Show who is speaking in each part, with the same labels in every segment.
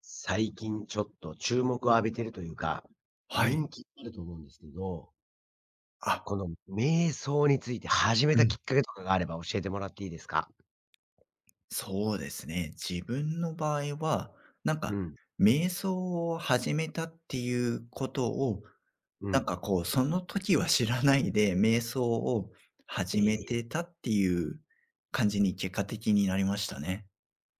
Speaker 1: 最近ちょっと注目を浴びてるというか、
Speaker 2: はい。
Speaker 1: 人気あると思うんですけど、
Speaker 2: あ、
Speaker 1: この瞑想について始め
Speaker 2: う
Speaker 1: たき
Speaker 2: ん。
Speaker 1: っかけとかがあれば教えてもらっていいですか？
Speaker 2: そうですね。自分の場合は、なん
Speaker 1: う
Speaker 2: か、
Speaker 1: ん、
Speaker 2: 瞑想を始めたっていうことを、
Speaker 1: う
Speaker 2: なん
Speaker 1: ん。
Speaker 2: かこう、その時は知らないで、瞑想を
Speaker 1: え
Speaker 2: 始め
Speaker 1: え、
Speaker 2: てたっていう感じに結果的になりましたね。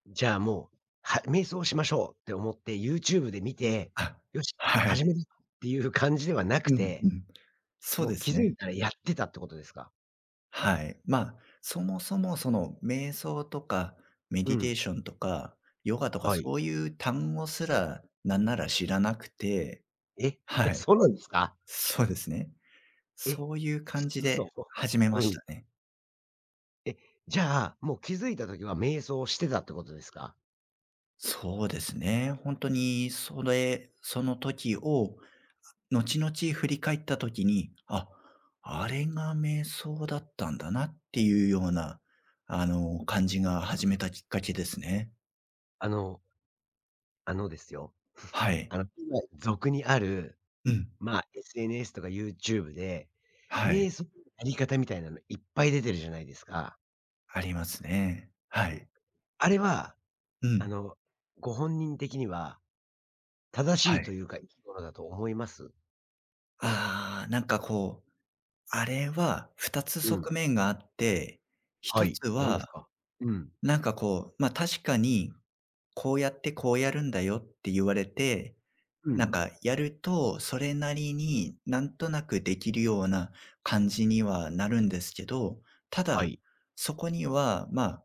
Speaker 1: じゃあもう、は瞑想しましょうって思って YouTube で見て、
Speaker 2: あ、
Speaker 1: よし、
Speaker 2: は
Speaker 1: 始め
Speaker 2: い。
Speaker 1: るっていう感じではなく
Speaker 2: うん
Speaker 1: て、
Speaker 2: うん。そう
Speaker 1: も
Speaker 2: で
Speaker 1: う気
Speaker 2: す
Speaker 1: づ
Speaker 2: ね。
Speaker 1: いたらやってたってことですか？
Speaker 2: はい。まあ、そもそもその瞑想とかメ
Speaker 1: う
Speaker 2: ディ
Speaker 1: ん、
Speaker 2: テーションとかヨガとか
Speaker 1: はい。
Speaker 2: そういう単語すらなんなら知らなくて、
Speaker 1: え、
Speaker 2: はい、
Speaker 1: そうなんですか？
Speaker 2: そうですね。
Speaker 1: え、
Speaker 2: そういう感じ
Speaker 1: 嘘。
Speaker 2: で始めまし
Speaker 1: うん。
Speaker 2: たね。
Speaker 1: え、じゃあ、もう気づいたときは瞑想してたってことですか？
Speaker 2: そうですね。本当にそれ、その時を後々振り返った時に、あ、あれが瞑想だったんだなっていうような、感じが始めたきっかけですね。
Speaker 1: あのあのですよ、
Speaker 2: はい。
Speaker 1: 今俗にある、
Speaker 2: うん。
Speaker 1: まあ、SNS とか YouTube で、
Speaker 2: は
Speaker 1: 瞑
Speaker 2: い。
Speaker 1: 想のやり方みたいなのいっぱい出てるじゃないですか。
Speaker 2: ありますね。はい。
Speaker 1: あれは、
Speaker 2: う
Speaker 1: あ
Speaker 2: ん。
Speaker 1: の、ご本人的には正し
Speaker 2: は
Speaker 1: い
Speaker 2: い。
Speaker 1: というか、いいものだと思います？
Speaker 2: ああ、なんかこう、あれは2つ
Speaker 1: うん。
Speaker 2: 側面があって、
Speaker 1: は
Speaker 2: 1
Speaker 1: い。
Speaker 2: つ
Speaker 1: 何です
Speaker 2: は
Speaker 1: か？うん。
Speaker 2: なんかこう、ま、確かに、こうやってこうやるんだよって言われて、
Speaker 1: う
Speaker 2: なん
Speaker 1: ん。
Speaker 2: かやると、それなりになんとなくできるような感じにはなるんですけど、た
Speaker 1: は
Speaker 2: だ、
Speaker 1: い。
Speaker 2: そこには、まあ、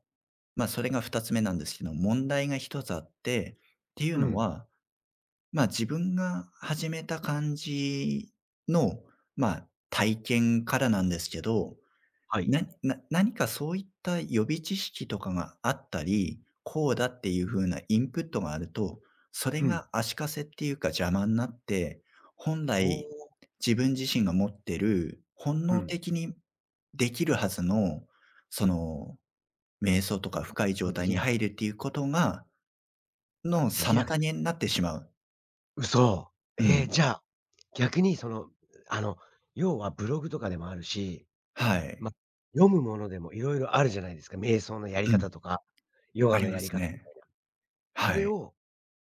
Speaker 2: ま、それが2つ目なんですけど、問題が1つあって、っていう
Speaker 1: う
Speaker 2: の
Speaker 1: ん。
Speaker 2: は、ま、自分が始めた感じの、ま、体験からなんですけど、
Speaker 1: はい。
Speaker 2: 何かそういった予備知識とかがあったり、こうだっていう風なインプットがあると、それ
Speaker 1: うん。
Speaker 2: が足かせっていうか邪魔になって、本
Speaker 1: ほう。
Speaker 2: 来自分自身が持ってる本
Speaker 1: う
Speaker 2: 能
Speaker 1: ん。
Speaker 2: 的にできるはずの、その、瞑想とか深い
Speaker 1: それは
Speaker 2: 状
Speaker 1: で
Speaker 2: 態
Speaker 1: き
Speaker 2: に
Speaker 1: ない。
Speaker 2: 入るっていうことがの
Speaker 1: できなく
Speaker 2: 妨げになってしまう。
Speaker 1: 嘘。
Speaker 2: う
Speaker 1: ええ、
Speaker 2: ん。
Speaker 1: じゃあ、逆にその、あの、要はブログとかでもあるし、
Speaker 2: は
Speaker 1: ま、
Speaker 2: い。
Speaker 1: 読むものでも色々あるじゃないですか。瞑想のやり
Speaker 2: うん、
Speaker 1: 方とか、ヨ
Speaker 2: あ
Speaker 1: ガ
Speaker 2: り
Speaker 1: の
Speaker 2: ま
Speaker 1: やり
Speaker 2: す
Speaker 1: 方みた
Speaker 2: ね。
Speaker 1: いそ
Speaker 2: は
Speaker 1: れ
Speaker 2: い。
Speaker 1: を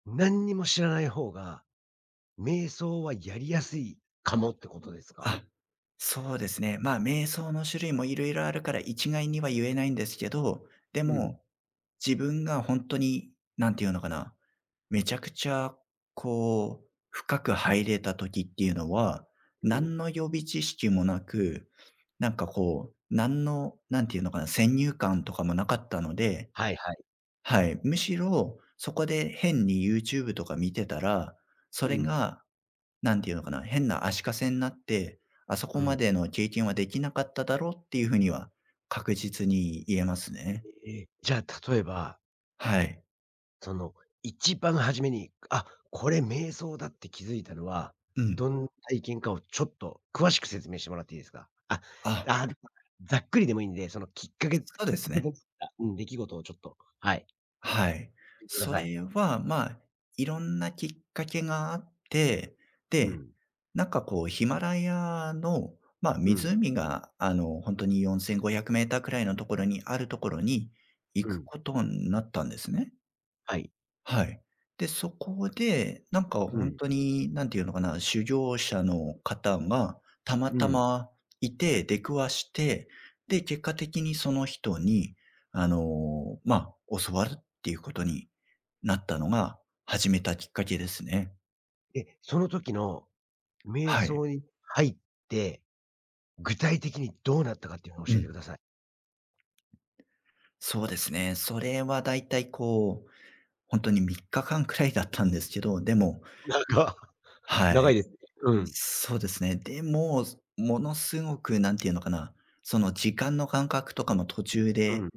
Speaker 1: 何にも知らない方が、瞑想はやりやすいかもってことですか？
Speaker 2: あ、そうですね。まあ、瞑想の種類もいろいろあるから一概には言えないんですけど、で
Speaker 1: うん、
Speaker 2: も、自分が本当になんていうのかな、めちゃくちゃこう、深く入れた時っていうのは、
Speaker 1: うん。
Speaker 2: 何の予備知識もなく、なんかこう、何の、なんていうのかな、先入観とかもなかったので、
Speaker 1: はいはい。
Speaker 2: はい、むしろそこで変に YouTube とか見てたら、そ
Speaker 1: う
Speaker 2: れ
Speaker 1: ん、
Speaker 2: がなんていうのかな、変な足かせになって、あそこ
Speaker 1: う
Speaker 2: ま
Speaker 1: ん。
Speaker 2: での経験はできなかっただろうっていうふうには確実に言えますね。
Speaker 1: ええ、じゃあ例えば、
Speaker 2: はい。
Speaker 1: その、一番初めに、あ、これ瞑想だって気づいたのは、
Speaker 2: うん。
Speaker 1: どんな体験かをちょっと詳しく説明してもらっていいですか？あ、
Speaker 2: あ、
Speaker 1: あ、ざっくりでもいいんで、そのきっかけきっ
Speaker 2: そうです
Speaker 1: かけ
Speaker 2: ね。
Speaker 1: となったうん、出来事をちょっと、はい、
Speaker 2: はい。
Speaker 1: 言ってくだ
Speaker 2: そ
Speaker 1: さい。
Speaker 2: れは、まあ、いろんなきっかけがあって、
Speaker 1: う
Speaker 2: で、
Speaker 1: ん、
Speaker 2: なんかこうヒマラヤの、まあ、
Speaker 1: うん、
Speaker 2: 湖がほんに4500メーターくらいのところにあるところに行
Speaker 1: う
Speaker 2: く
Speaker 1: ん、
Speaker 2: ことになったんですね。
Speaker 1: はい、
Speaker 2: はい。で、そこで、なんか
Speaker 1: う
Speaker 2: 本
Speaker 1: ん、
Speaker 2: 当にに、何ていうのかな、修行者の方がたま
Speaker 1: う
Speaker 2: た
Speaker 1: ん。
Speaker 2: まいて、出くわして、で、結果的にその人に、あの、ま、教わるっていうことになったのが、始めたきっかけですね。
Speaker 1: で、その時の瞑
Speaker 2: はい。
Speaker 1: 想に入って、具体的にどうなったかっていうのを
Speaker 2: う
Speaker 1: 教えて
Speaker 2: ん。
Speaker 1: ください。
Speaker 2: そうですね。それはだいたいこう、本当に3日間くらいだったんですけど、でも、
Speaker 1: なんか、
Speaker 2: は
Speaker 1: 長
Speaker 2: い。
Speaker 1: いですね。うん、
Speaker 2: そうですね。でも、ものすごくなんていうのかな、その時間の感覚とかも途中
Speaker 1: う
Speaker 2: で、
Speaker 1: ん。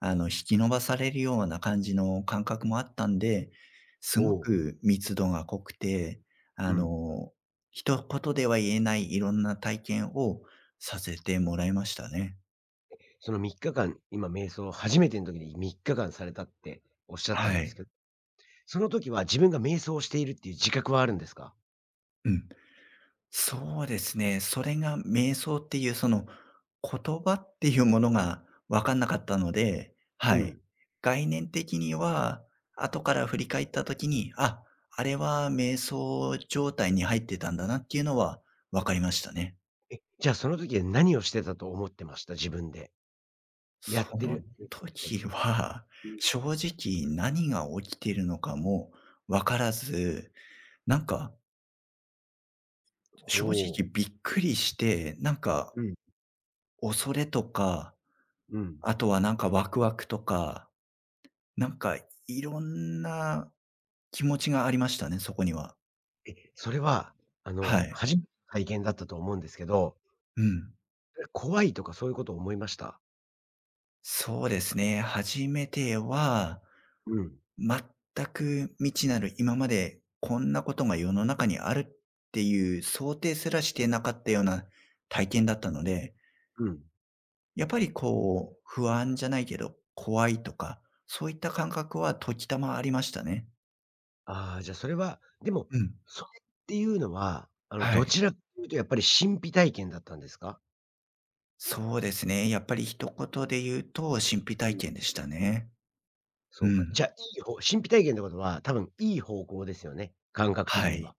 Speaker 2: 引き延ばされるような感じの感覚もあったんで、す
Speaker 1: お
Speaker 2: ご
Speaker 1: お、
Speaker 2: く密度が濃くて、
Speaker 1: う
Speaker 2: あ
Speaker 1: ん。
Speaker 2: の、一言では言えないいろんな体験をさせてもらいましたね。
Speaker 1: その3日間、今瞑想を初めての時に3日間されたっておっしゃったん
Speaker 2: は
Speaker 1: ですけ
Speaker 2: い。
Speaker 1: ど、その時は自分が瞑想をしているっていう自覚はあるんですか？
Speaker 2: うん。そうですね。それが瞑想っていうその言葉っていうものが分かんなかったので、は
Speaker 1: う
Speaker 2: い。
Speaker 1: ん。
Speaker 2: 概念的には、後から振り返った時に、あ、あれは瞑想状態に入ってたんだなっていうのは分かりましたね。
Speaker 1: え、じゃあその時は何をしてたと思ってました？自分で。やっ
Speaker 2: そ
Speaker 1: てるや
Speaker 2: の
Speaker 1: ってる最
Speaker 2: 時
Speaker 1: 中。
Speaker 2: は、正直何が起きているのかも分からず、なんか正
Speaker 1: ほう。
Speaker 2: 直びっくりして、なんか
Speaker 1: うん、
Speaker 2: 恐れとか、
Speaker 1: うん。
Speaker 2: あとはなんかワクワクとか、なんかいろんな気持ちがありましたね、そこには。
Speaker 1: え、それは、
Speaker 2: はい。
Speaker 1: 初めての体験だったと思うんですけど、
Speaker 2: うん。
Speaker 1: それ怖いとかそういうことを思いました？
Speaker 2: そうですね。初めては、
Speaker 1: うん、
Speaker 2: 全く未知なる、今までこんなことが世の中にあるっていう想定すらしてなかったような体験だったので、
Speaker 1: うん。
Speaker 2: やっぱりこう、不安じゃないけど、怖いとか、そういった感覚は時たまありましたね。
Speaker 1: ああ、じゃあそれは、でも、
Speaker 2: うん。
Speaker 1: それっていうのは、
Speaker 2: は
Speaker 1: ど
Speaker 2: い。
Speaker 1: ちらかというとやっぱり神秘体験だったんですか？
Speaker 2: そうですね。やっぱり一言で言うと、神秘
Speaker 1: う
Speaker 2: 体
Speaker 1: ん。
Speaker 2: 験でしたね。
Speaker 1: そ
Speaker 2: う
Speaker 1: うか。じ
Speaker 2: ん。
Speaker 1: ゃあ、いい方神秘体験ってことは、多分いい方向ですよね、感覚
Speaker 2: は
Speaker 1: 的に
Speaker 2: い。
Speaker 1: は。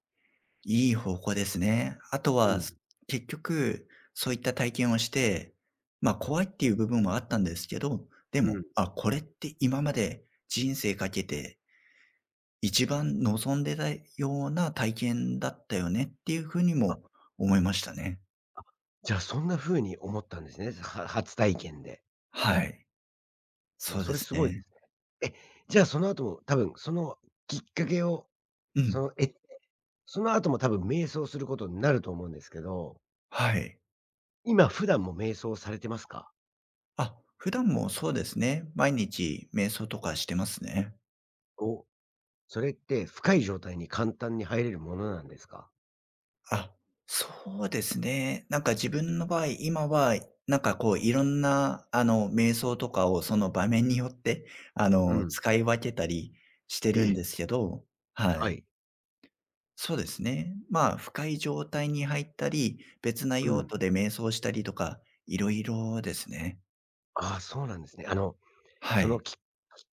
Speaker 2: いい方向ですね。あと
Speaker 1: う
Speaker 2: は、
Speaker 1: ん。
Speaker 2: 結局、そういった体験をして、まあ、怖いっていう部分はあったんですけど、で
Speaker 1: う
Speaker 2: も、
Speaker 1: ん。
Speaker 2: あ、これって今まで人生かけて一番望んでたような体験だったよねっていうふうに
Speaker 1: あ、
Speaker 2: も思いましたね。
Speaker 1: じゃあ、そんな風に思ったんですね。は初体験で。
Speaker 2: はい。
Speaker 1: わ、
Speaker 2: そう
Speaker 1: そ
Speaker 2: で
Speaker 1: れ
Speaker 2: す
Speaker 1: すごいで
Speaker 2: ね。
Speaker 1: す。え、じゃあ、その後も多分そのきっかけを、
Speaker 2: う
Speaker 1: そ
Speaker 2: ん。
Speaker 1: の、え、その後も多分瞑想することになると思うんですけど、
Speaker 2: はい。
Speaker 1: 今普段も瞑想されてますか？
Speaker 2: あ、普段もそうですね。毎日瞑想とかしてますね。
Speaker 1: お、それって深い状態に簡単に入れるものなんですか？
Speaker 2: あ、そうですね。なんか自分の場合、今は、なんかこういろんな、瞑想とかをその場面によって、
Speaker 1: うん。
Speaker 2: 使い分けたりして
Speaker 1: え
Speaker 2: るん
Speaker 1: え、
Speaker 2: ですけど、は
Speaker 1: は
Speaker 2: い。
Speaker 1: い。
Speaker 2: そうですね。まあ、深い状態に入ったり、別な
Speaker 1: う
Speaker 2: 用
Speaker 1: ん。
Speaker 2: 途で瞑想したりとか、いろいろですね。
Speaker 1: ああ、そうなんですね。あの、
Speaker 2: は
Speaker 1: その
Speaker 2: い。
Speaker 1: きっ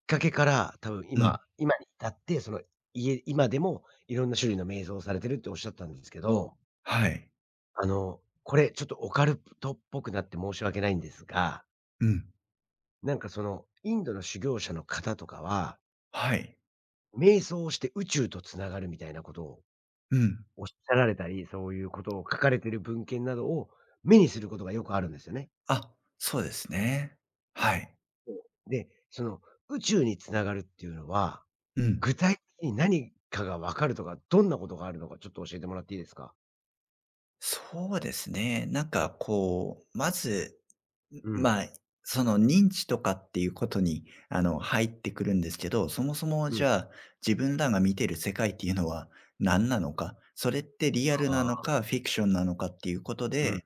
Speaker 1: かけから、多分
Speaker 2: うん。
Speaker 1: 今今に至って、その、家今でもいろんな種類の瞑想をされてるっておっしゃったんですけど、
Speaker 2: はい。
Speaker 1: これちょっとオカルトっぽくなって申し訳ないんですが、
Speaker 2: うん。
Speaker 1: なんかその、インドの修行者の方とかは、
Speaker 2: はい。
Speaker 1: 瞑想をして宇宙とつながるみたいなことを
Speaker 2: うん。
Speaker 1: おっしゃられたり、そういうことを書かれてる文献などを目にすることがよくあるんですよね。
Speaker 2: あ、そうですね。はい。
Speaker 1: で、その宇宙に繋がるっていうのは、
Speaker 2: うん、
Speaker 1: 具体的に何かが分かるとか、どんなことがあるのかちょっと教えてもらっていいですか？
Speaker 2: そうですね。なんかこう、まず、ん、
Speaker 1: うん。
Speaker 2: まあ、その認知とかっていうことに、入ってくるんですけど、そもそも
Speaker 1: う
Speaker 2: じ
Speaker 1: ん。
Speaker 2: ゃあ、自分らが見てる世界っていうのは何なのか、それってリアルな
Speaker 1: あ
Speaker 2: の
Speaker 1: あ、
Speaker 2: か、フィクションなのかっていうこと
Speaker 1: うん、
Speaker 2: で、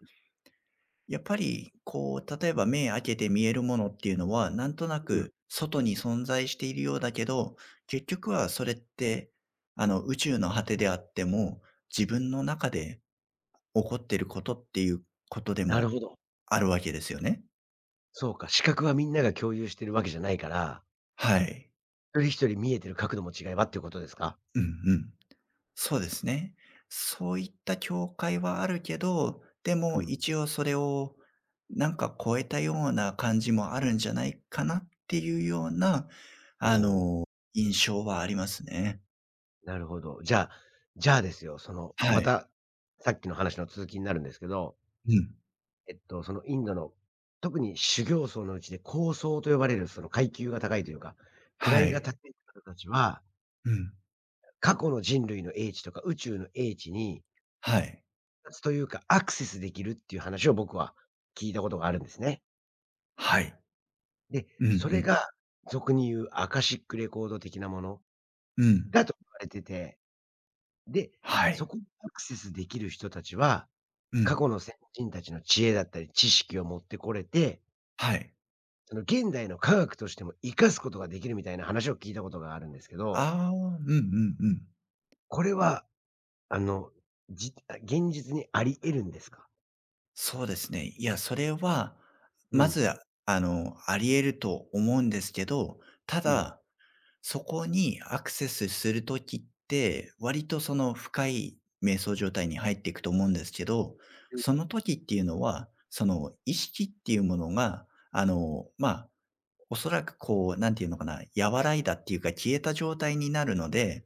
Speaker 2: やっぱりこう、例えば目開けて見えるものっていうのは、なんとな
Speaker 1: うん。
Speaker 2: く外に存在しているようだけど、結局はそれって、宇宙の果てであっても、自分の中で起こっていることっていうことで
Speaker 1: なる
Speaker 2: も
Speaker 1: ほど。
Speaker 2: あるわけですよね。
Speaker 1: そうか、視覚はみんなが共有してるわけじゃないから、
Speaker 2: はい。
Speaker 1: 一人一人見えてる角度も違えばっていうことですか？
Speaker 2: うんうん。そうですね。そういった境界はあるけど、で
Speaker 1: う
Speaker 2: も
Speaker 1: ん。
Speaker 2: 一応それをなんか超えたような感じもあるんじゃないかなっていうような、
Speaker 1: お
Speaker 2: あ
Speaker 1: お、
Speaker 2: の、印象はありますね。
Speaker 1: なるほど。じゃあですよ、その、
Speaker 2: は
Speaker 1: ま
Speaker 2: い。
Speaker 1: た、さっきの話の続きになるんですけど
Speaker 2: うん。
Speaker 1: えっと、そのインドの、特に修行僧のうちで高僧と呼ばれるその階級が高いというか、
Speaker 2: は
Speaker 1: 位が
Speaker 2: い。
Speaker 1: 高い方たちは、
Speaker 2: うん。
Speaker 1: 過去の人類の英知とか宇宙の英知に、
Speaker 2: はい。
Speaker 1: たつというか、アクセスできるっていう話を僕は聞いたことがあるんですね。
Speaker 2: はい。
Speaker 1: で、
Speaker 2: うんう
Speaker 1: それ
Speaker 2: ん。
Speaker 1: が俗に言うアカシックレコード的なもの
Speaker 2: うん。
Speaker 1: だと言われてて、で、
Speaker 2: は
Speaker 1: そ
Speaker 2: い。
Speaker 1: こにアクセスできる人たちは、
Speaker 2: う
Speaker 1: 過
Speaker 2: ん。
Speaker 1: 去の先人たちの知恵だったり知識を持ってこれて、
Speaker 2: はい。
Speaker 1: その現代の科学としても活かすことができるみたいな話を聞いたことがあるんですけど、
Speaker 2: ああ、うんうんうん。
Speaker 1: これは、あの、じ現実にあり得るんですか？
Speaker 2: そうですね。いや、それは、
Speaker 1: う
Speaker 2: ま
Speaker 1: ん。
Speaker 2: ず、あり得ると思うんですけど、た
Speaker 1: うん。
Speaker 2: だ、そこにアクセスするときって、割とその深い瞑想状態に入っていくと思うんですけど、
Speaker 1: うん。
Speaker 2: その時っていうのは、その意識っていうものが、まあ、おそらくこう、なんていうのかな、和らいだっていうか消えた状態になるので、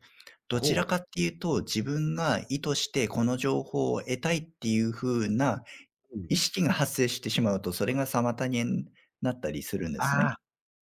Speaker 2: どち
Speaker 1: ほ
Speaker 2: ら
Speaker 1: う。
Speaker 2: かっていうと自分が意図してこの情報を得たいっていう風な
Speaker 1: うん。
Speaker 2: 意識が発生してしまうと、それが妨げになったりするんです
Speaker 1: あ
Speaker 2: ね。
Speaker 1: あ、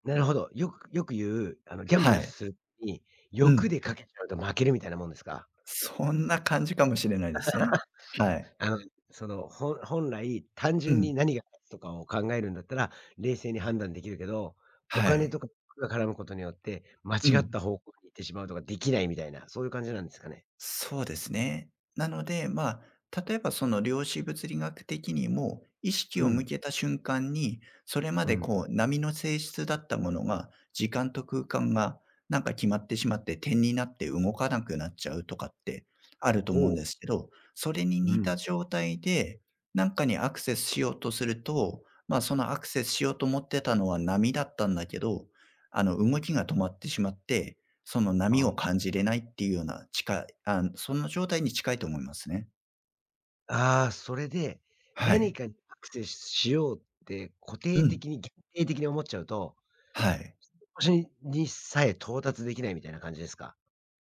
Speaker 1: なるほど。よくよく言う、ギャンブ
Speaker 2: は
Speaker 1: ル
Speaker 2: い。
Speaker 1: するに、
Speaker 2: う
Speaker 1: 欲
Speaker 2: ん。
Speaker 1: で賭けちゃうと負けるみたいなもんですか？
Speaker 2: そんな感じかもしれないですね。はい。
Speaker 1: あの、その、ほん本来、単
Speaker 2: う
Speaker 1: 純
Speaker 2: ん。
Speaker 1: に何が勝つとかを考えるんだったら、冷静に判断できるけど、お
Speaker 2: は
Speaker 1: 金と
Speaker 2: い。
Speaker 1: かが絡むことによって、間違
Speaker 2: う
Speaker 1: っ
Speaker 2: ん。
Speaker 1: た方向に行ってしまうとかできないみたいな、そういう感じなんですかね？
Speaker 2: そうですね。なので、まあ、例えばその量子物理学的にも意識
Speaker 1: う
Speaker 2: を向
Speaker 1: ん。
Speaker 2: けた瞬間に、それま
Speaker 1: う
Speaker 2: で
Speaker 1: ん。
Speaker 2: こう波の性質だったものが、時間と空間がなんか決まってしまって点になって動かなくなっちゃうとかってあると思う
Speaker 1: ほ
Speaker 2: ん
Speaker 1: う。
Speaker 2: ですけど、それに
Speaker 1: う
Speaker 2: 似
Speaker 1: ん。
Speaker 2: た状態で、なんかにアクセスしようとすると、まあそのアクセスしようと思ってたのは波だったんだけど、動きが止まってしまって、その波
Speaker 1: あ
Speaker 2: を
Speaker 1: あ。
Speaker 2: 感じれないっていうような、近い、あ、そんな状態に近いと思いますね。
Speaker 1: ああ、それで、
Speaker 2: は
Speaker 1: 何
Speaker 2: い。
Speaker 1: かにアクセスしようって固
Speaker 2: う
Speaker 1: 定
Speaker 2: ん。
Speaker 1: 的に限定的に思っちゃうと、
Speaker 2: はい。
Speaker 1: 星ににさえ到達できないみたいな感じですか？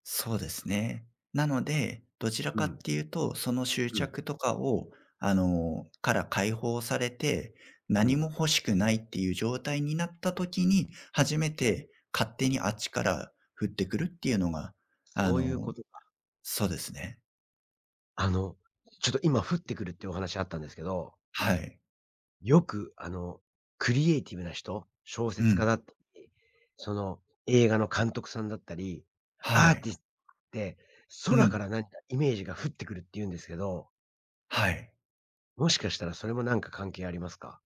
Speaker 2: そうですね。なので、どちら
Speaker 1: う
Speaker 2: かっ
Speaker 1: ん。
Speaker 2: ていうと、その執
Speaker 1: うん。
Speaker 2: 着とかを、から解放されて、
Speaker 1: う
Speaker 2: 何
Speaker 1: ん。
Speaker 2: も欲しくないっていう状態になった時に、初めて勝手にあっちから降ってくるっていうのが、あ
Speaker 1: そういう
Speaker 2: の
Speaker 1: ことか。
Speaker 2: そうですね。
Speaker 1: あの、ちょっと今降ってくるってお話あったんですけど、
Speaker 2: はい。
Speaker 1: よくあの、クリエイティブな人、小
Speaker 2: う
Speaker 1: 説家
Speaker 2: ん。
Speaker 1: だったり、その映画の監督さんだったり、
Speaker 2: は
Speaker 1: アーテ
Speaker 2: い。
Speaker 1: ィストって、
Speaker 2: う
Speaker 1: 空か
Speaker 2: ん。
Speaker 1: ら何かイメージが降ってくるって言うんですけど
Speaker 2: はい。
Speaker 1: もしかしたらそれもなんか関係ありますか？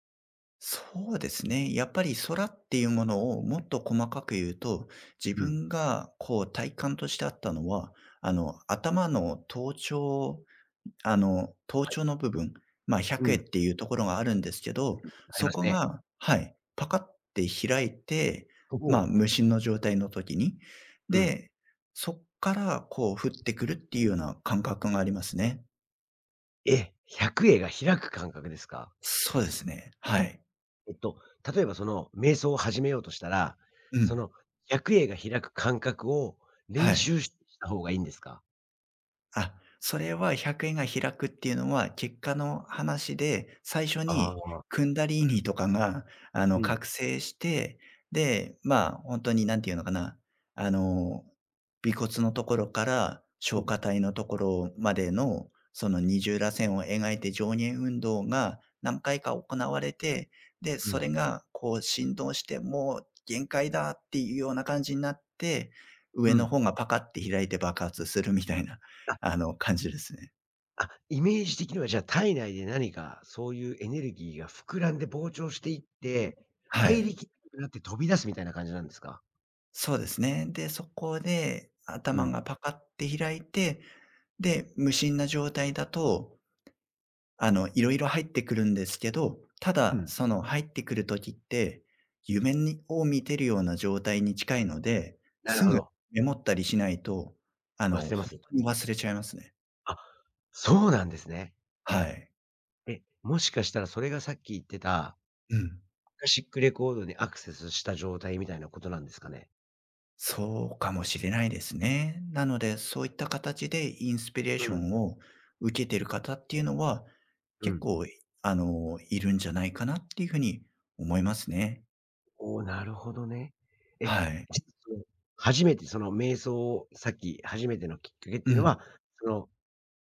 Speaker 2: そうですね。やっぱり空っていうものをもっと細かく言うと、自
Speaker 1: うん。
Speaker 2: 分がこう体感としてあったのは、頭の頭頂、頭
Speaker 1: はい。
Speaker 2: 頂の部分、まあ、百
Speaker 1: う
Speaker 2: 会っ
Speaker 1: ん。
Speaker 2: ていうところがあるんですけど、
Speaker 1: あり
Speaker 2: そ
Speaker 1: ます
Speaker 2: こ
Speaker 1: ね。
Speaker 2: が、はい、パカって開いて、
Speaker 1: そ
Speaker 2: まあ、無
Speaker 1: こ
Speaker 2: 心の状態の時に、
Speaker 1: うん。
Speaker 2: で、そっからこう降ってくるっていうような感覚がありますね。
Speaker 1: え、百会が開く感覚ですか？
Speaker 2: そうですね。はい。
Speaker 1: えっと、例えばその瞑想を始めようとしたら、
Speaker 2: う
Speaker 1: そ
Speaker 2: ん。
Speaker 1: の百会が開く感覚を練
Speaker 2: はい。
Speaker 1: 習しした方がいいんですか？
Speaker 2: あ、それは100円が開くっていうのは、結果の話で、最初
Speaker 1: あ
Speaker 2: に
Speaker 1: あ、
Speaker 2: クンダリーニとかが、
Speaker 1: うん。
Speaker 2: 覚醒して、で、まあ、本当に、に何ていうのかな、あの、尾骨のところから
Speaker 1: う
Speaker 2: 消
Speaker 1: ん。
Speaker 2: 化体のところまでの、その二重らせんを描いて上下運動が何回か行われて、で、
Speaker 1: う
Speaker 2: それ
Speaker 1: ん。
Speaker 2: がこう振動して、もう限界だっていうような感じになって、
Speaker 1: う
Speaker 2: 上の
Speaker 1: ん。
Speaker 2: 方がパカって開いて爆発するみたいな、
Speaker 1: あ、
Speaker 2: 感じですね。
Speaker 1: あ、イメージ的にはじゃあ体内で何かそういうエネルギーが膨らんで膨張していって、
Speaker 2: は
Speaker 1: 入り
Speaker 2: い。
Speaker 1: きらなくなって飛び出すみたいな感じなんですか？
Speaker 2: そうですね。で、そこで
Speaker 1: う
Speaker 2: 頭
Speaker 1: ん。
Speaker 2: がパカって開いて、で、無心な状態だと、いろいろ入ってくるんですけど、た
Speaker 1: う
Speaker 2: だ、
Speaker 1: ん。
Speaker 2: その入ってくる時って、夢を見てるような状態に近いので、
Speaker 1: なる
Speaker 2: す
Speaker 1: ほ
Speaker 2: ぐ
Speaker 1: ど。
Speaker 2: メモったりしないと、
Speaker 1: 忘
Speaker 2: 本
Speaker 1: れます。
Speaker 2: 当に忘れちゃいますね。
Speaker 1: あ、そうなんですね。
Speaker 2: はい。
Speaker 1: え、もしかしたらそれがさっき言ってた、
Speaker 2: うん。
Speaker 1: クラシックレコードにアクセスした状態みたいなことなんですかね？
Speaker 2: そうかもしれないですね。なので、そういった形でインスピレー
Speaker 1: う
Speaker 2: ショ
Speaker 1: ん、
Speaker 2: ンを受けてる方っていうのは、
Speaker 1: う
Speaker 2: 結
Speaker 1: ん。
Speaker 2: 構、いるんじゃないかなっていうふうに思いますね。
Speaker 1: おお、なるほどね。え、
Speaker 2: はい。
Speaker 1: じその、初めてその瞑想をさっき初めてのきっかけっ
Speaker 2: う
Speaker 1: ていうの
Speaker 2: ん。
Speaker 1: は、その、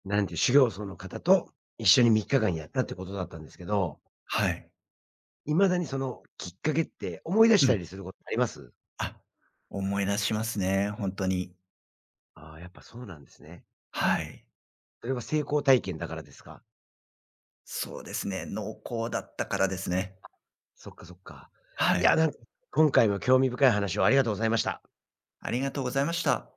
Speaker 1: なんていう、修行僧の方と一緒に3日間やったってことだったんですけど、
Speaker 2: はい。
Speaker 1: 未だにそのきっかけって思い出し
Speaker 2: う
Speaker 1: た
Speaker 2: ん。
Speaker 1: りすることあります？
Speaker 2: あ、思い出しますね、本当に。
Speaker 1: ああ、やっぱそうなんですね。
Speaker 2: はい。
Speaker 1: それは成功体験だからですか？
Speaker 2: そうですね、濃厚だったからですね。
Speaker 1: そっかそっか。
Speaker 2: は
Speaker 1: いや、
Speaker 2: い。
Speaker 1: なんか今回も興味深い話をありがとうございました。
Speaker 2: ありがとうございました。